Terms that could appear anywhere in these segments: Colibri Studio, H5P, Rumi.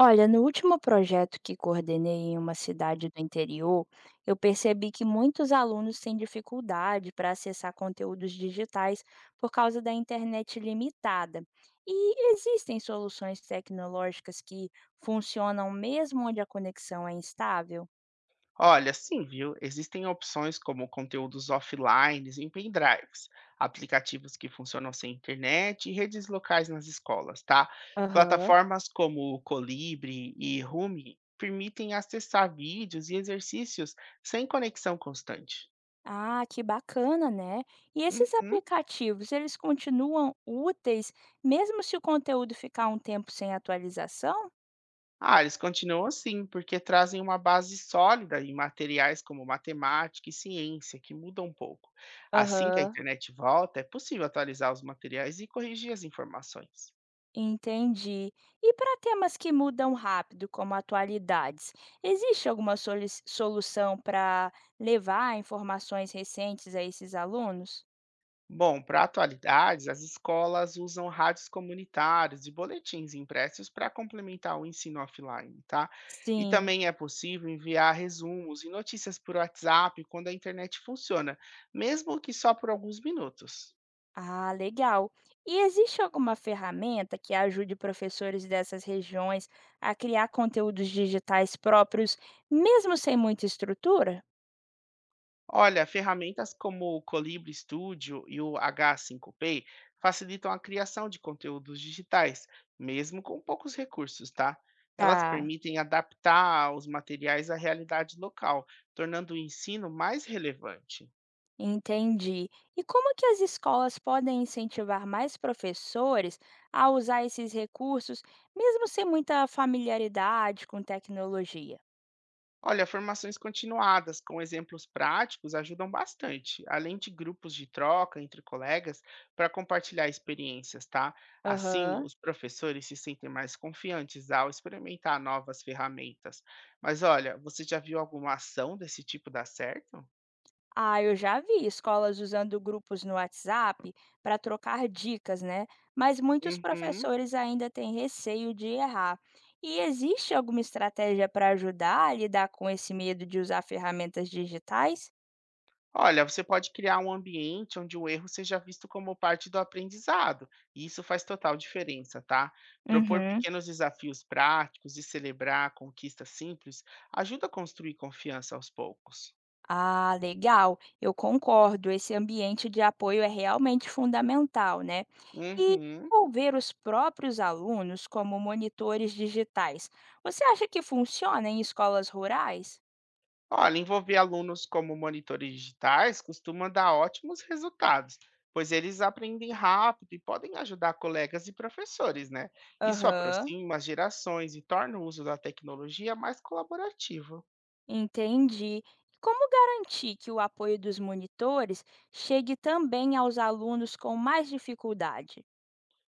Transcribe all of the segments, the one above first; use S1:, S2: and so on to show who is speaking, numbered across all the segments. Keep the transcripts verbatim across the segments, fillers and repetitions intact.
S1: Olha, no último projeto que coordenei em uma cidade do interior, eu percebi que muitos alunos têm dificuldade para acessar conteúdos digitais por causa da internet limitada. E existem soluções tecnológicas que funcionam mesmo onde a conexão é instável?
S2: Olha, sim, viu? Existem opções como conteúdos offline em pendrives, aplicativos que funcionam sem internet e redes locais nas escolas, tá?
S1: Aham.
S2: Plataformas como o Colibri e Rumi permitem acessar vídeos e exercícios sem conexão constante.
S1: Ah, que bacana, né? E esses
S2: Uhum.
S1: aplicativos, eles continuam úteis mesmo se o conteúdo ficar um tempo sem atualização?
S2: Ah, eles continuam assim, porque trazem uma base sólida em materiais como matemática e ciência, que mudam um pouco. Assim que a
S1: Aham.
S2: internet volta, é possível atualizar os materiais e corrigir as informações.
S1: Entendi. E para temas que mudam rápido, como atualidades, existe alguma soli- solução para levar informações recentes a esses alunos?
S2: Bom, para atualidades, as escolas usam rádios comunitários e boletins impressos para complementar o ensino offline, tá? E
S1: Sim.
S2: também é possível enviar resumos e notícias por WhatsApp quando a internet funciona, mesmo que só por alguns minutos.
S1: Ah, legal. E existe alguma ferramenta que ajude professores dessas regiões a criar conteúdos digitais próprios, mesmo sem muita estrutura?
S2: Olha, ferramentas como o Colibri Studio e o H cinco P facilitam a criação de conteúdos digitais, mesmo com poucos recursos, tá? Elas
S1: Tá.
S2: permitem adaptar os materiais à realidade local, tornando o ensino mais relevante.
S1: Entendi. E como que as escolas podem incentivar mais professores a usar esses recursos, mesmo sem muita familiaridade com tecnologia?
S2: Olha, formações continuadas com exemplos práticos ajudam bastante, além de grupos de troca entre colegas para compartilhar experiências, tá? Assim,
S1: Aham.
S2: os professores se sentem mais confiantes ao experimentar novas ferramentas. Mas olha, você já viu alguma ação desse tipo dar certo?
S1: Ah, eu já vi escolas usando grupos no WhatsApp para trocar dicas, né? Mas muitos
S2: Uhum.
S1: professores ainda têm receio de errar. E existe alguma estratégia para ajudar a lidar com esse medo de usar ferramentas digitais?
S2: Olha, você pode criar um ambiente onde o erro seja visto como parte do aprendizado, e isso faz total diferença, tá? Propor
S1: Uhum.
S2: pequenos desafios práticos e celebrar conquistas simples ajuda a construir confiança aos poucos.
S1: Ah, legal. Eu concordo. Esse ambiente de apoio é realmente fundamental, né? E
S2: Uhum.
S1: envolver os próprios alunos como monitores digitais. Você acha que funciona em escolas rurais?
S2: Olha, envolver alunos como monitores digitais costuma dar ótimos resultados, pois eles aprendem rápido e podem ajudar colegas e professores, né? Isso
S1: Aham,
S2: aproxima as gerações e torna o uso da tecnologia mais colaborativo.
S1: entendi. Como garantir que o apoio dos monitores chegue também aos alunos com mais dificuldade?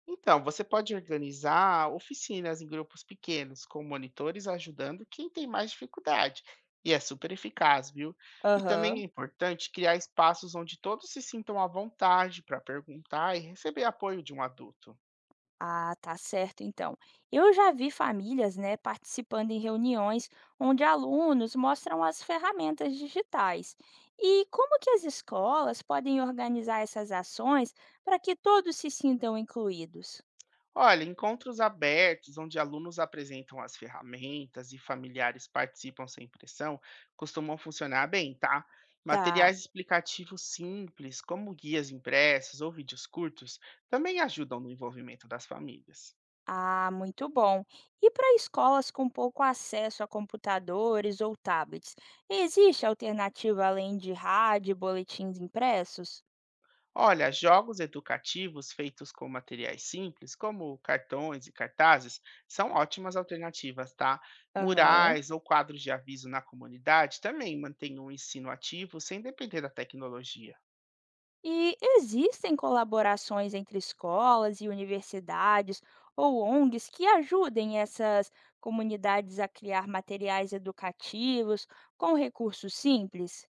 S2: Então, você pode organizar oficinas em grupos pequenos, com monitores ajudando quem tem mais dificuldade. E é super eficaz, viu? E também é
S1: Aham.
S2: importante criar espaços onde todos se sintam à vontade para perguntar e receber apoio de um adulto.
S1: Ah, tá certo então. Eu já vi famílias, né, participando em reuniões onde alunos mostram as ferramentas digitais. E como que as escolas podem organizar essas ações para que todos se sintam incluídos?
S2: Olha, encontros abertos, onde alunos apresentam as ferramentas e familiares participam sem pressão, costumam funcionar bem, tá?
S1: Tá.
S2: Materiais explicativos simples, como guias impressos ou vídeos curtos, também ajudam no envolvimento das famílias.
S1: Ah, muito bom. E para escolas com pouco acesso a computadores ou tablets, existe alternativa além de rádio e boletins impressos?
S2: Olha, jogos educativos feitos com materiais simples, como cartões e cartazes, são ótimas alternativas, tá?
S1: Aham.
S2: Murais ou quadros de aviso na comunidade também mantêm o ensino ativo sem depender da tecnologia.
S1: E existem colaborações entre escolas e universidades ou O N Gs que ajudem essas comunidades a criar materiais educativos com recursos simples?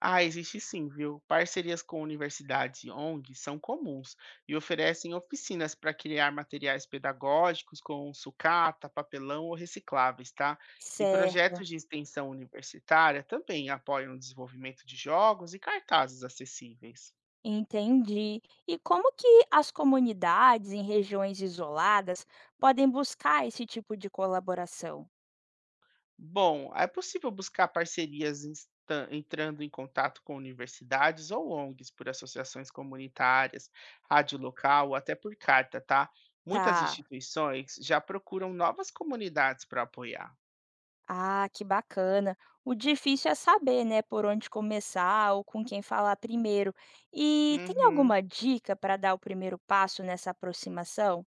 S2: Ah, existe sim, viu? Parcerias com universidades e O N G S são comuns e oferecem oficinas para criar materiais pedagógicos com sucata, papelão ou recicláveis, tá? E projetos
S1: Certo,
S2: de extensão universitária também apoiam o desenvolvimento de jogos e cartazes acessíveis.
S1: entendi. E como que as comunidades em regiões isoladas podem buscar esse tipo de colaboração?
S2: Bom, é possível buscar parcerias insta- entrando em contato com universidades ou O N G S por associações comunitárias, rádio local ou até por carta, tá? Muitas
S1: Tá.
S2: instituições já procuram novas comunidades para apoiar.
S1: Ah, que bacana. O difícil é saber, né, por onde começar ou com quem falar primeiro. E tem
S2: Uhum.
S1: alguma dica para dar o primeiro passo nessa aproximação?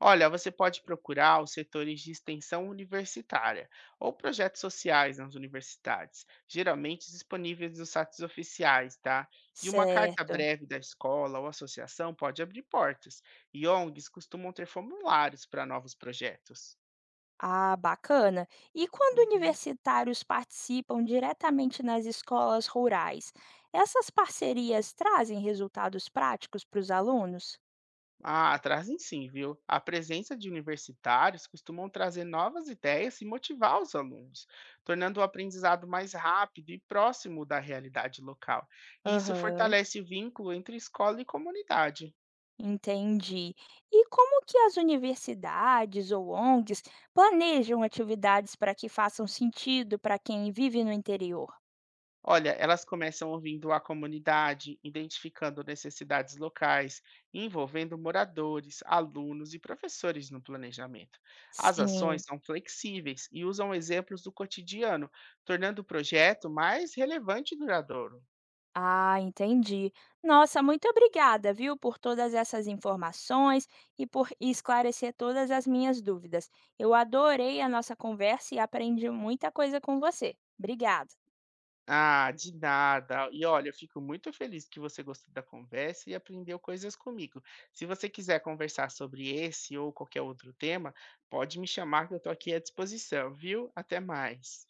S2: Olha, você pode procurar os setores de extensão universitária ou projetos sociais nas universidades, geralmente disponíveis nos sites oficiais, tá? E uma carta
S1: Certo.
S2: breve da escola ou associação pode abrir portas, e O N G S costumam ter formulários para novos projetos.
S1: Ah, bacana. E quando
S2: Uhum.
S1: universitários participam diretamente nas escolas rurais, essas parcerias trazem resultados práticos para os alunos?
S2: Ah, trazem sim, viu? A presença de universitários costumam trazer novas ideias e motivar os alunos, tornando o aprendizado mais rápido e próximo da realidade local. E isso
S1: Aham.
S2: fortalece o vínculo entre escola e comunidade.
S1: Entendi. E como que as universidades ou O N Gs planejam atividades para que façam sentido para quem vive no interior?
S2: Olha, elas começam ouvindo a comunidade, identificando necessidades locais, envolvendo moradores, alunos e professores no planejamento. As
S1: Sim.
S2: ações são flexíveis e usam exemplos do cotidiano, tornando o projeto mais relevante e duradouro.
S1: Ah, entendi. Nossa, muito obrigada, viu, por todas essas informações e por esclarecer todas as minhas dúvidas. Eu adorei a nossa conversa e aprendi muita coisa com você. Obrigada.
S2: Ah, de nada. E olha, eu fico muito feliz que você gostou da conversa e aprendeu coisas comigo. Se você quiser conversar sobre esse ou qualquer outro tema, pode me chamar que eu estou aqui à disposição, viu? Até mais.